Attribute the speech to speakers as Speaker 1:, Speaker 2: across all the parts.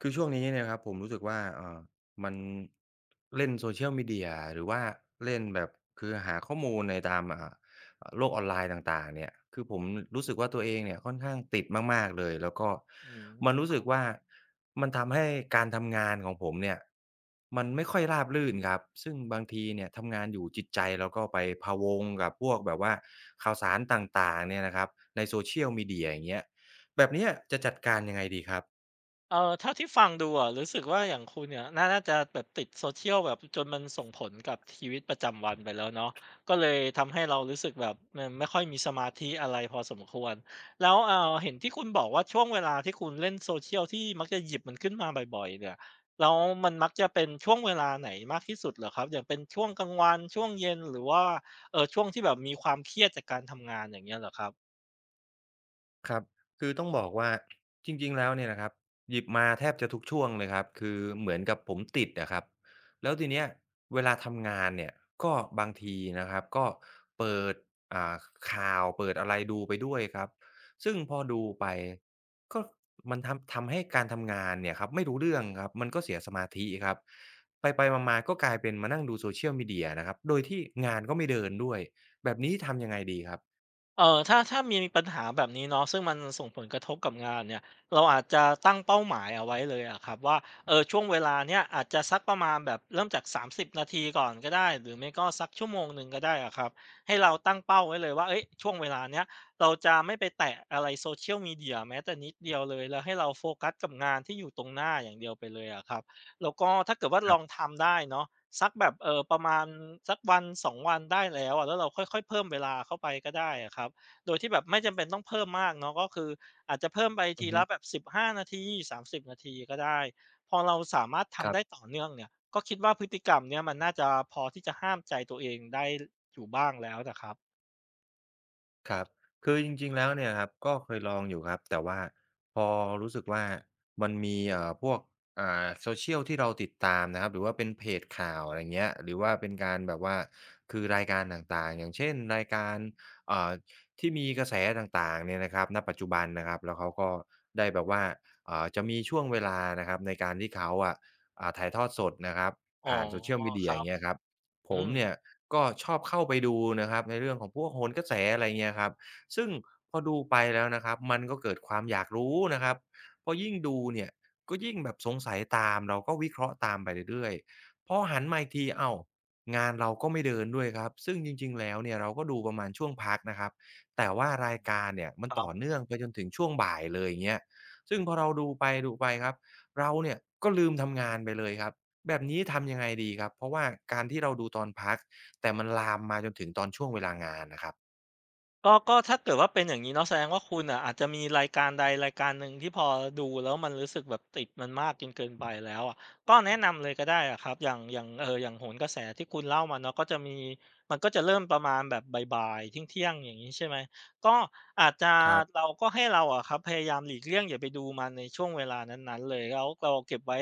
Speaker 1: คือช่วงนี้เนี่ยครับผมรู้สึกว่ามันเล่น Social Media หรือว่าเล่นแบบคือหาข้อมูลในตามโลกออนไลน์ต่างๆเนี่ยคือผมรู้สึกว่าตัวเองเนี่ยค่อนข้างติดมากๆเลยแล้วก็
Speaker 2: อืม
Speaker 1: มัน
Speaker 2: ค
Speaker 1: รู้สึ
Speaker 2: รั
Speaker 1: ก
Speaker 2: บ
Speaker 1: ว่ามันทำให้การทำงานของผมเนี่ยมันไม่ค่อยราบรื่นครับซึ่งบางทีเนี่ยทำงานอยู่จิตใจเราก็ไปพะวงกับพวกแบบว่าข่าวสารต่างๆเนี่ยนะครับใน Social Media อย่างเงี้ยแบบเนี้ยจะจัดการยังไงดีครับ
Speaker 2: เท่าที่ฟังดูอะรู้สึกว่าอย่างคุณเนี่ยน่าจะแบบติด social แบบจนมันส่งผลกับชีวิตประจำวันไปแล้วเนาะก็เลยทำให้เรารู้สึกแบบมันไม่ค่อยมีสมาธิอะไรพอสมควร แล้วเห็นที่คุณบอกว่าช่วงเวลาที่คุณเล่น social ที่มักจะหยิบมันขึ้นมาบ่อยๆเนี่ยแล้วมันมักจะเป็นช่วงเวลาไหนมากที่สุดเหรอครับ อย่างเป็นช่วงกลางวันช่วงเย็นหรือว่าเออช่วงที่แบบมีความเครียดจากการทำงานอย่างเงี้ยเหรอครับ
Speaker 1: ครับคือต้องบอกว่าจริงๆแล้วเนี่ยนะครับหยิบมาแทบจะทุกช่วงเลยครับคือเหมือนกับผมติดอะครับแล้วทีเนี้ยเวลาทำงานเนี่ยก็บางทีนะครับก็เปิดอ่าข่าวเปิดอะไรดูไปด้วยครับซึ่งพอดูไปก็มันทำให้การทำงานเนี่ยครับไม่รู้เรื่องครับมันก็เสียสมาธิครับไปๆมาๆก็กลายเป็นมานั่งดู social media นะครับโดยที่งานก็ไม่เดินด้วยแบบนี้ทำยังไงดีครับ
Speaker 2: เออถ้ามีปัญหาแบบนี้เนาะซึ่งมันส่งผลกระทบกับงานเนี่ยเราอาจจะตั้งเป้าหมายเอาไว้เลยอะครับว่าเออช่วงเวลาเนี้ยอาจจะสักประมาณแบบเริ่มจาก30นาทีก่อนก็ได้หรือไม่ก็สักชั่วโมงหนึ่งก็ได้อะครับให้เราตั้งเป้าไว้เลยว่าเอ้ยช่วงเวลาเนี้ยเราจะไม่ไปแตะอะไรโซเช c ย a มี e ดียแม้แต่นิดเดียวเลยแล้วให้เราโฟกัสกับงานที่อยู่ตรงหน้าอย่างเดียวไปเลยอะครับแล้วก็ถ้าเกิดว่า
Speaker 1: ค
Speaker 2: ล
Speaker 1: รั
Speaker 2: อง
Speaker 1: บ
Speaker 2: ทำได้เนาะ สักแบบประมาณสักวันสอ2วันได้แล้วอะแล้วเราค่อยๆเพิ่มเวลาเข้าไปก็ได้อะครับโดยที่แบบไม่จำเป็นต้องเพิ่มมากเนาะก็คืออาจจะเพิ่มไป
Speaker 1: อื
Speaker 2: ที
Speaker 1: อฮึ
Speaker 2: ละแบบ15นาที30นาทีก็ได้พอเราสามารถ
Speaker 1: ค
Speaker 2: ทำ
Speaker 1: รั
Speaker 2: ได้
Speaker 1: บ
Speaker 2: ต่อเนื่องเนี่ยก็คิดว่าพฤติกรรมเนี้ยมันน่าจะพอที่จะห้ามใจตัวเองได้อยู่บ้างแล้วนะครับ
Speaker 1: ครับคือจริงๆแล้วเนี่ยครับก็เคยลองอยู่ครับแต่ว่าพอรู้สึกว่ามันมีพวกSocial ที่เราติดตามนะครับหรือว่าเป็นเพจข่าวอะไรเงี้ยหรือว่าเป็นการแบบว่าคือรายการต่างๆอย่างเช่นรายการอ่าที่มีกระแสต่างๆเนี่ยนะครับณปัจจุบันนะครับแล้วเขาก็ได้แบบว่าจะมีช่วงเวลานะครับในการที่เขาอะถ่ายทอดสดนะครับ
Speaker 2: อ๋อ
Speaker 1: ผ่าน Social
Speaker 2: ค
Speaker 1: Media
Speaker 2: รั
Speaker 1: อย่า
Speaker 2: บ
Speaker 1: งเงี้ยครับ ผ
Speaker 2: อื
Speaker 1: ม
Speaker 2: ม
Speaker 1: เนี่ยก็ชอบเข้าไปดูนะครับในเรื่องของพวกโหนกระแสอะไรเงี้ยครับซึ่งพอดูไปแล้วนะครับมันก็เกิดความอยากรู้นะครับพอยิ่งดูเนี่ยก็ยิ่งแบบสงสัยตามเราก็วิเคราะห์ตามไปเรื่อยๆพอหันมาอีกทีอ้าวงานเราก็ไม่เดินด้วยครับซึ่งจริงๆแล้วเนี่ยเราก็ดูประมาณช่วงพักนะครับแต่ว่ารายการเนี่ยมัน
Speaker 2: ครั
Speaker 1: ต่อ
Speaker 2: บ
Speaker 1: เนื่องไปจนถึงช่วงบ่ายเลยอย่างเงี้ยซึ่งพอเราดูไปๆครับเราเนี่ยก็ลืมทำงานไปเลยครับ แบบนี้ทำยังไงดีครับ เพราะว่าการที่เราดูตอนพักแต่มันลามมาจนถึงตอนช่วงเวลางานนะครับ
Speaker 2: ก็ถ้าเกิดว่าเป็นอย่างงี้เนาะแสดงว่าคุณน่ะอาจจะมีรายการใดรายการหนึ่งที่พอดูแล้วมันรู้สึกแบบติดมันมากจนเกินไปแล้วอะก็แนะนำเลยก็ได้อะครับอย่างอย่างโหนกระแสที่คุณเล่ามาเนาะก็จะมีมันก็จะเริ่มประมาณแบบบ่ายๆเที่ยงๆอย่างงี้ใช่ไหมก็อาจจะ
Speaker 1: ครับ
Speaker 2: เราก็ให้เราอะครับพยายามหลีกเลี่ยงอย่าไปดูมันในช่วงเวลานั้นๆเลยแล้วเราเก็บไว้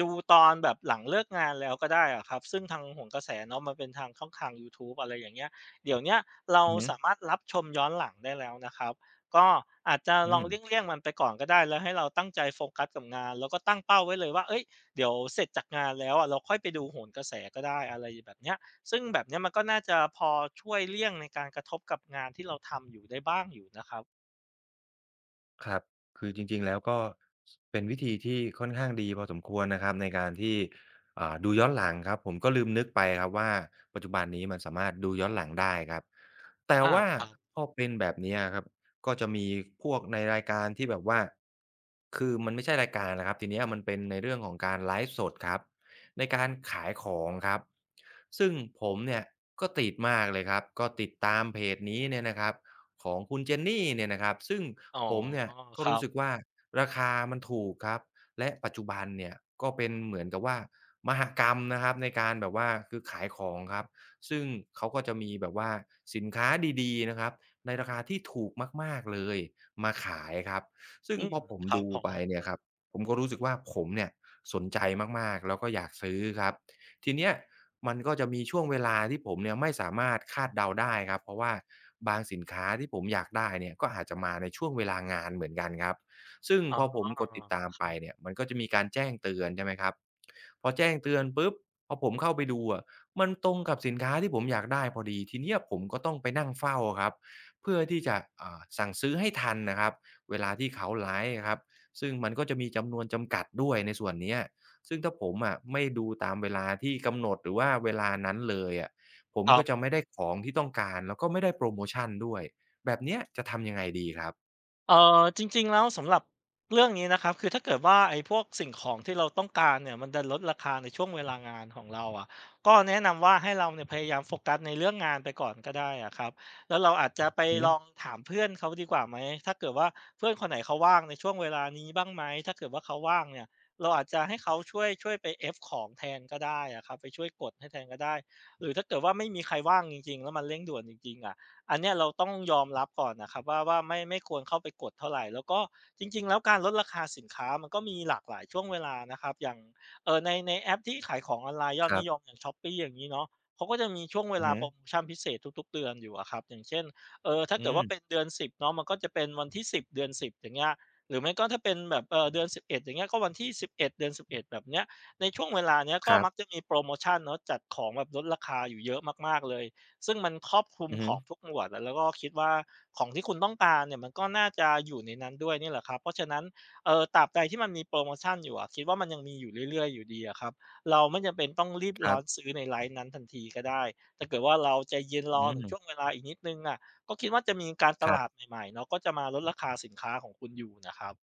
Speaker 2: ดูตอนแบบหลังเลิกงานแล้วก็ได้อะครับซึ่งทางโหนกระแสเนาะมันเป็นทางช่องทางยูทูบอะไรอย่างเงี้ยเดี๋ยวเนี้ย เรา
Speaker 1: อือฮึ
Speaker 2: สามารถรับชมย้อนหลังได้แล้วนะครับก็อาจจะ
Speaker 1: อื
Speaker 2: ลอง
Speaker 1: ม
Speaker 2: เลี่ยงๆมันไปก่อนก็ได้แล้วให้เราตั้งใจโฟกัสกับงานแล้วก็ตั้งเป้าไว้เลยว่าเฮ้ยเดี๋ยวเสร็จจากงานแล้วอะเราค่อยไปดูโหนกระแสก็ได้อะไรแบบเนี้ยซึ่งแบบเนี้ยมันก็น่าจะพอช่วยเลี่ยงในการกระทบกับงานที่เราทำอยู่ได้บ้างอยู่นะครับ
Speaker 1: ครับคือจริงๆแล้วก็สเป็นวิธีที่ค่อนข้างดีพอสมควรนะครับในการที่ดูย้อนหลังครับผมก็ลืมนึกไปครับว่าปัจจุบันนี้มันสามารถดูย้อนหลังได้ครับแต่
Speaker 2: อา
Speaker 1: ว่า
Speaker 2: ครับ
Speaker 1: พอเป็นแบบเนี้ยครับก็จะมีพวกในรายการที่แบบว่าคือมันไม่ใช่รายการนะครับทีเนี้ยมันเป็นในเรื่องของการไลฟ์สดครับในการขายของครับซึ่งผมเนี่ยก็ติดมากเลยครับก็ติดตามเพจนี้เนี่ยนะครับ ของคุณเจนนี่เนี่ยนะครับซึ่ง
Speaker 2: อ๋อ
Speaker 1: ผมเนี่ยก็
Speaker 2: ครั
Speaker 1: รู้สึก
Speaker 2: บ
Speaker 1: ว่าราคามันถูกครับและปัจจุบันเนี่ยก็เป็นเหมือนกับว่ามหกรรมนะครับในการแบบว่าคือขายของครับซึ่งเขาก็จะมีแบบว่าสินค้าดีๆนะครับในราคาที่ถูกมากๆเลยมาขายครับซึ่ง
Speaker 2: อื
Speaker 1: พ
Speaker 2: ม
Speaker 1: อผม
Speaker 2: ครับ
Speaker 1: ดู
Speaker 2: ผม
Speaker 1: ไปเนี่ยครับผมก็รู้สึกว่าผมเนี่ยสนใจมากๆแล้วก็อยากซื้อครับ ทีเนี้ยมันก็จะมีช่วงเวลาที่ผมเนี่ยไม่สามารถคาดเดาได้ครับเพราะว่าบางสินค้าที่ผมอยากได้เนี่ยก็อาจจะมาในช่วงเวลางานเหมือนกันครับซึ่ง
Speaker 2: อ๋อ
Speaker 1: พอผมกดติดตาม
Speaker 2: ค
Speaker 1: ไป
Speaker 2: รั
Speaker 1: เนี่ย
Speaker 2: บ
Speaker 1: มันก็จะมีการแจ้งเตือนใช่ไหมครับพอแจ้งเตือนปุ๊บพอผมเข้าไปดูอะมันตรงกับสินค้าที่ผมอยากได้พอดีทีเนี้ยผมก็ต้องไปนั่งเฝ้าครับเพื่อที่จะสั่งซื้อให้ทันนะครับเวลาที่เขาไลฟ์อะครับซึ่งมันก็จะมีจำนวนจำกัดด้วยในส่วนเนี้ย ซึ่งถ้าผมอะไม่ดูตามเวลาที่กำหนดหรือว่าเวลานั้นเลยอะผม
Speaker 2: ครั
Speaker 1: ก็
Speaker 2: บ
Speaker 1: จะไม่ได้ของที่ต้องการแล้วก็ไม่ได้โพรโมชันด้วยแบบเนี้ยจะทำยังไงดีครับ
Speaker 2: จริงๆแล้วสำหรับเรื่องนี้นะครับคือถ้าเกิดว่าไอ้พวกสิ่งของที่เราต้องการเนี่ยมันดันลดราคาในช่วงเวลางานของเราอะก็แนะนำว่าให้เราเนี่ยพยายามโฟกัสในเรื่องงานไปก่อนก็ได้อะครับแล้วเราอาจจะไป
Speaker 1: อือ
Speaker 2: ล
Speaker 1: ฮึ
Speaker 2: องถามเพื่อนเขาดีกว่าไหมถ้าเกิดว่าเพื่อนคนไหนเขาว่างในช่วงเวลานี้บ้างไหมถ้าเกิดว่าเขาว่างเนี่ยเราอาจจะให้เขาช่วยไปเอฟของแทนก็ได้อะครับไปช่วยกดให้แทนก็ได้หรือถ้าเกิดว่าไม่มีใครว่างจริงๆแล้วมันเร่งด่วนจริงๆอะ อันเนี้ยเราต้องยอมรับก่อนนะครับว่าไม่ควรเข้าไปกดเท่าไหรแล้วก็จริงๆแล้วการลดราคาสินค้ามันก็มีหลากหลายช่วงเวลานะครับอย่างในแอปที่ขายของออนไลน์ยอ
Speaker 1: ค
Speaker 2: ด
Speaker 1: รั
Speaker 2: นิยม
Speaker 1: บ
Speaker 2: อย่าง Shopee อย่างงี้เนาะเขาก็จะมีช่วงเว
Speaker 1: อือ
Speaker 2: ลา
Speaker 1: ฮึ
Speaker 2: โพรโมชันพิเศษทุกๆเดือนอยู่อะครับอย่างเช่นถ้า
Speaker 1: อื
Speaker 2: เกิด
Speaker 1: ม
Speaker 2: ว่าเป็นเดือน10เนาะมันก็จะเป็นวันที่10เดือน10อย่างเงี้ยหรือไม่ก็ถ้าเป็นแบบเดือน11อดอย่างเงี้ยก็วันที่สิบเอ็ดเดือนสิบเอ็ดแบบเนี้ยในช่วงเวลาเนี้ย
Speaker 1: ค
Speaker 2: ก็
Speaker 1: รั
Speaker 2: มัก
Speaker 1: บ
Speaker 2: จะมีโพรโมชันเนาะจัดของแบบลดราคาอยู่เยอะมากๆเลย ซึ่งมันครอบคลุม
Speaker 1: อือ
Speaker 2: ข
Speaker 1: ฮึ
Speaker 2: องทุกหมวดแล้วแล้วก็คิดว่าของที่คุณต้องการเนี่ยมันก็น่าจะอยู่ในนั้นด้วยนี่แหละครับเพราะฉะนั้นตราบใดที่มันมีโพรโมชันอยู่อะคิดว่ามันยังมีอยู่เรื่อยๆอยู่ดีอะครับเราไม่จำเป็นต้องรีบ
Speaker 1: ครั
Speaker 2: ร้อ
Speaker 1: บ
Speaker 2: นซื้อในไลฟ์นั้นทันทีก็ได้ถ้าเกิดว่าเราใจเย็นรอ
Speaker 1: อื
Speaker 2: ถึ
Speaker 1: ม
Speaker 2: งช่วงเวลาอีกนิดหนึ่งอะก็คิดว่าจะมีการต
Speaker 1: ครับ
Speaker 2: ลาดใหม่ๆเนาะก็จะมาลดราคาสินค้าของคุณอยู่นะครับ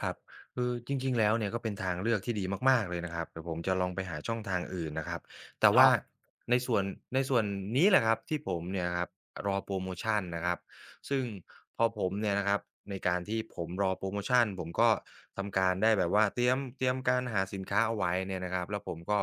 Speaker 1: ครับคือจริงๆแล้วเนี่ยก็เป็นทางเลือกที่ดีมากๆเลยนะครับเดี๋ยวผมจะลองไปหาช่องทางอื่นนะครับแต่
Speaker 2: ครั
Speaker 1: ว่า
Speaker 2: บ
Speaker 1: ในส่วนในส่วนนี้แหละครับที่ผมเนี่ยครับรอโพรโมชันนะครับซึ่งพอผมเนี่ยนะครับในการที่ผมรอโพรโมชันผมก็ทำการได้แบบว่าเตรียมการหาสินค้าเอาไว้เนี่ยนะครับแล้วผมก็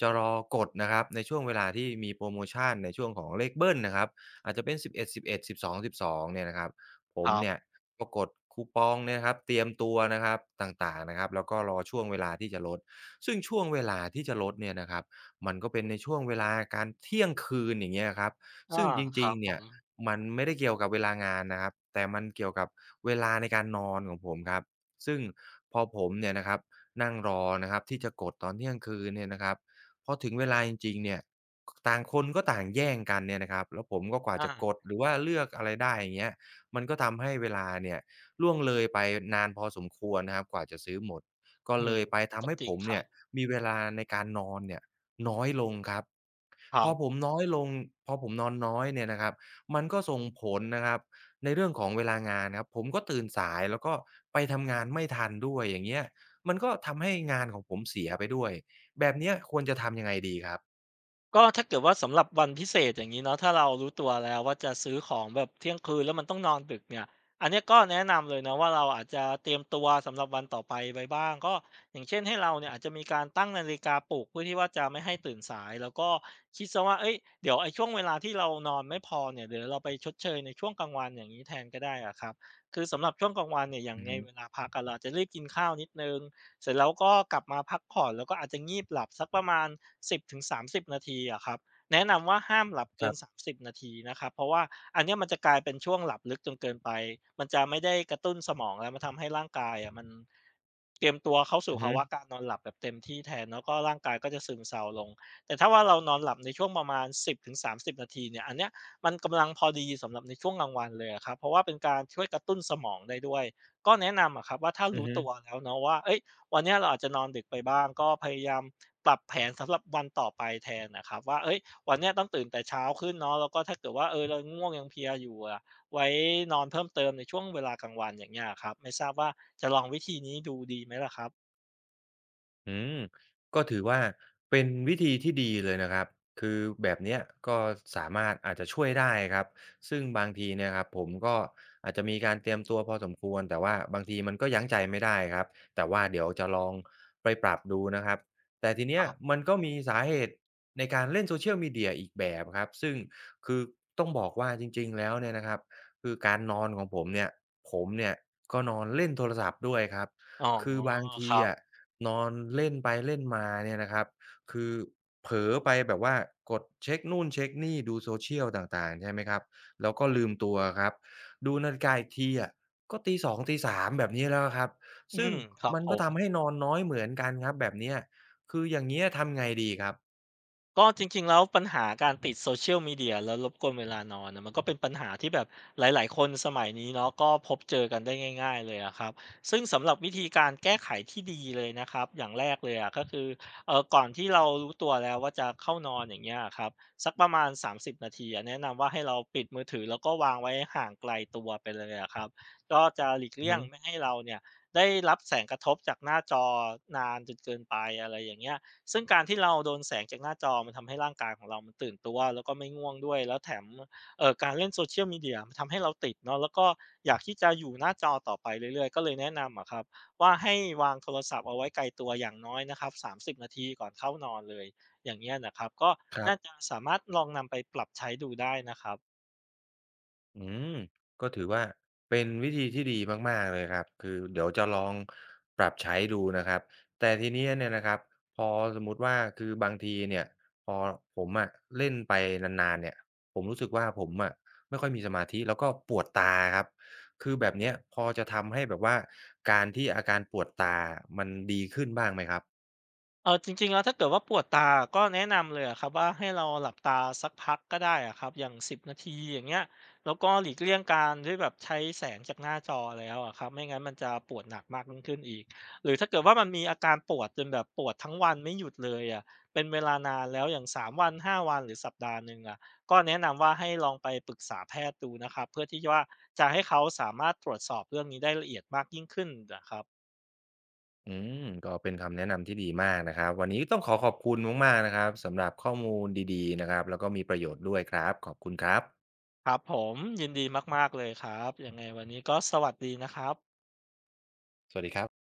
Speaker 1: จะรอกดนะครับในช่วงเวลาที่มีโพรโมชันในช่วงของเลขเบิลนะครับอาจจะเป็น11 11 12 12เอ็ดสิบสองสิบสองเนี่ยนะครับ ผม
Speaker 2: ๆ
Speaker 1: เนี่ยก็กดคูปองเนี่ยนะครับเตรียมตัวนะครับต่างๆนะครับแล้วก็รอช่วงเวลาที่จะลดซึ่งช่วงเวลาที่จะลดเนี่ยนะครับมันก็เป็นในช่วงเวลาการเที่ยงคืนอย่างเงี้ยครับ
Speaker 2: อา
Speaker 1: ซึ่งจ
Speaker 2: ค
Speaker 1: ริ
Speaker 2: รั
Speaker 1: ง
Speaker 2: บ
Speaker 1: ๆ
Speaker 2: ผ
Speaker 1: เนี่ย
Speaker 2: ม
Speaker 1: มันไม่ได้เกี่ยวกับเวลางานนะครับแต่มันเกี่ยวกับเวลาในการนอนของผมครับซึ่งพอผมเนี่ยนะครับนั่งรอนะครับที่จะกดตอนเที่ยงคืนเนี่ยนะครับพอถึงเวลาจริงๆเนี่ยต่างคนก็ต่างแย่งกันเนี่ยนะครับแล้วผมก็กว่า
Speaker 2: อา
Speaker 1: จะกดหรือว่าเลือกอะไรได้อย่างเงี้ย มันก็ทำให้เวลาเนี่ยล่วงเลยไปนานพอสมควรนะครับกว่าจะซื้อหมดก็
Speaker 2: อื
Speaker 1: เล
Speaker 2: ม
Speaker 1: ยไป
Speaker 2: ก็
Speaker 1: ทำให้
Speaker 2: จริ
Speaker 1: ผ
Speaker 2: ง
Speaker 1: ม
Speaker 2: ครั
Speaker 1: เนี่ย
Speaker 2: บ
Speaker 1: มีเวลาในการนอนเนี่ยน้อยลงครับ
Speaker 2: ค
Speaker 1: พ
Speaker 2: รั
Speaker 1: อ
Speaker 2: บ
Speaker 1: ผมน้อยลงพอผมนอนน้อยเนี่ยนะครับมันก็ส่งผลนะครับในเรื่องของเวลางานครับผมก็ตื่นสายแล้วก็ไปทำงานไม่ทันด้วยอย่างเงี้ยมันก็ทำให้งานของผมเสียไปด้วยแบบเนี้ยควรจะทำยังไงดีครับ
Speaker 2: ก็ถ้าเกิดว่าสำหรับวันพิเศษอย่างงี้เนาะถ้าเรารู้ตัวแล้วว่าจะซื้อของแบบเที่ยงคืนแล้วมันต้องนอนดึกเนี่ยอันเนี้ยก็แนะนำเลยนะว่าเราอาจจะเตรียมตัวสำหรับวันต่อไปไว้บ้างก็อย่างเช่นให้เราเนี่ยอาจจะมีการตั้งนาฬิกาปลุกเพื่อที่ว่าจะไม่ให้ตื่นสายแล้วก็คิดเสียว่าเฮ้ยเดี๋ยวไอ้ช่วงเวลาที่เรานอนไม่พอเนี่ยเดี๋ยวเราไปชดเชยในช่วงกลางวันอย่างงี้แทนก็ได้อะครับคือสำหรับช่วงกลางวันเนี่ยอย่าง
Speaker 1: อือ
Speaker 2: ใน
Speaker 1: ฮึ
Speaker 2: เวลาพักอะเราอาจจะรีบกินข้าวนิดหนึ่ง เสร็จแล้วก็กลับมาพักผ่อนแล้วก็อาจจะงีบหลับสักประมาณ10-30นาทีอะครับแนะนำว่าห้ามหลับ
Speaker 1: ค
Speaker 2: เกิ
Speaker 1: รั
Speaker 2: น
Speaker 1: บ
Speaker 2: 30นาทีนะครับเพราะว่าอันเนี้ยมันจะกลายเป็นช่วงหลับลึกจนเกินไปมันจะไม่ได้กระตุ้นสมองแล้วมันทำให้ร่างกายอะมันเตรียมตัวเข้า
Speaker 1: อื
Speaker 2: สู่
Speaker 1: อ
Speaker 2: ภา
Speaker 1: ฮึ
Speaker 2: วะการนอนหลับแบบเต็มที่แทนแล้วก็ร่างกายก็จะซึมเซาลงแต่ถ้าว่าเรานอนหลับในช่วงประมาณ10 ถึง 30นาทีเนี่ยอันเนี้ยมันกำลังพอดีสำหรับในช่วงกลางวันเลยอะครับเพราะว่าเป็นการช่วยกระตุ้นสมองได้ด้วยก็แนะนำอะครับว่าถ้า
Speaker 1: อือ
Speaker 2: รู้
Speaker 1: ฮึ
Speaker 2: ตัวแล้วเนาะว่าเฮ้ย วันเนี้ยเราอาจจะนอนดึกไปบ้างก็พยายามปรับแผนสำหรับวันต่อไปแทนนะครับว่าเอ้ยวันเนี้ยต้องตื่นแต่เช้าขึ้นเนาะแล้วก็ถ้าเกิดว่าเออเราง่วงยังเพลียอยู่อะไว้นอนเพิ่มเติมในช่วงเวลากลางวันอย่างเงี้ยอะครับไม่ทราบว่าจะลองวิธีนี้ดูดีไหมล่ะครับ
Speaker 1: อืมก็ถือว่าเป็นวิธีที่ดีเลยนะครับคือแบบเนี้ยก็สามารถอาจจะช่วยได้ครับซึ่งบางทีเนี่ยครับผมก็อาจจะมีการเตรียมตัวพอสมควรแต่ว่าบางทีมันก็ยั้งใจไม่ได้ครับแต่ว่าเดี๋ยวจะลองไปปรับดูนะครับแต่ที
Speaker 2: ค
Speaker 1: เนี้ย
Speaker 2: รับ
Speaker 1: มันก็มีสาเหตุในการเล่น Social Media อีกแบบครับซึ่งคือต้องบอกว่าจริงๆแล้วเนี่ยนะครับคือการนอนของผมเนี่ยผมเนี่ยก็นอนเล่นโทรศัพท์ด้วยครับ
Speaker 2: อ๋อ
Speaker 1: คือบาง
Speaker 2: ค
Speaker 1: ที
Speaker 2: รับ
Speaker 1: อะ นอนเล่นไปเล่นมาเนี่ยนะครับคือเผลอไปแบบว่ากดเช็คนู่นเช็คนี่ดูโซเชียลต่างๆใช่ไหมครับแล้วก็ลืมตัวครับดูนาฬิกาอีกทีอะก็ตี2ตี3แบบนี้แล้วครับ
Speaker 2: อื
Speaker 1: ซึ่ง
Speaker 2: มครับ
Speaker 1: มัน
Speaker 2: ผ
Speaker 1: ก็
Speaker 2: ม
Speaker 1: ทำให้นอนน้อยเหมือนกันครับแบบเนี้ยคืออย่างเงี้ยทำไงดีครับ
Speaker 2: ก็จริงๆแล้วปัญหาการติด Social Media แล้วรบกวนเวลานอนน่ะมันก็เป็นปัญหาที่แบบหลายๆคนสมัยนี้เนาะก็พบเจอกันได้ง่ายๆเลยอะครับซึ่งสำหรับวิธีการแก้ไขที่ดีเลยนะครับอย่างแรกเลยอะก็คือก่อนที่เรารู้ตัวแล้วว่าจะเข้านอนอย่างเงี้ยอะครับสักประมาณ30นาทีอะแนะนำว่าให้เราปิดมือถือแล้วก็วางไว้ห่างไกลตัวไปเลยอะครับก็จะหลีก
Speaker 1: อือ
Speaker 2: เลี่ย
Speaker 1: ฮึ
Speaker 2: งไม่ให้เราเนี่ยได้รับแสงกระทบจากหน้าจอนานจนเกินไปอะไรอย่างเงี้ย ซึ่งการที่เราโดนแสงจากหน้าจอมันทำให้ร่างกายของเรามันตื่นตัวแล้วก็ไม่ง่วงด้วยแล้วแถมการเล่น Social Media มันทำให้เราติดเนาะแล้วก็อยากที่จะอยู่หน้าจอต่อไปเรื่อยๆก็เลยแนะนำอะครับว่าให้วางโทรศัพท์เอาไว้ไกลตัวอย่างน้อยนะครับ30นาทีก่อนเข้านอนเลยอย่างเงี้ยนะครับก็
Speaker 1: ครั
Speaker 2: น่าจะ
Speaker 1: บ
Speaker 2: สามารถลองนำไปปรับใช้ดูได้นะครับ
Speaker 1: อืมก็ถือว่าเป็นวิธีที่ดีมากๆเลยครับคือเดี๋ยวจะลองปรับใช้ดูนะครับแต่ทีเนี้ยเนี่ยนะครับพอสมมุติว่าคือบางทีเนี่ยพอผมอะเล่นไปนานๆเนี่ยผมรู้สึกว่าผมอะไม่ค่อยมีสมาธิแล้วก็ปวดตาครับคือแบบเนี้ยพอจะทำให้แบบว่าการที่อาการปวดตามันดีขึ้นบ้างไหมครับ
Speaker 2: เออจริงๆแล้วถ้าเกิดว่าปวดตาก็แนะนำเลยอะครับว่าให้เราหลับตาสักพักก็ได้อะครับอย่าง10นาทีอย่างเงี้ยแล้วก็หลีกเลี่ยงการที่แบบใช้แสงจากหน้าจอแล้วอะครับไม่งั้นมันจะปวดหนักมากยิ่งขึ้นอีกหรือถ้าเกิดว่ามันมีอาการปวดจนแบบปวดทั้งวันไม่หยุดเลยอะเป็นเวลานานแล้วอย่าง3วัน5วันหรือสัปดาห์หนึ่งอะก็แนะนำว่าให้ลองไปปรึกษาแพทย์ดูนะครับเพื่อที่ว่าจะให้เขาสามารถตรวจสอบเรื่องนี้ได้ละเอียดมากยิ่งขึ้นนะครับ
Speaker 1: อืมก็เป็นคำแนะนำที่ดีมากนะครับวันนี้ต้องขอขอบคุณมากๆนะครับสำหรับข้อมูลดีๆนะครับแล้วก็มีประโยชน์ด้วยครับขอบคุณครับ
Speaker 2: ครับผมยินดีมากๆเลยครับยังไงวันนี้ก็สวัสดีนะครับ
Speaker 1: สวัสดีครับ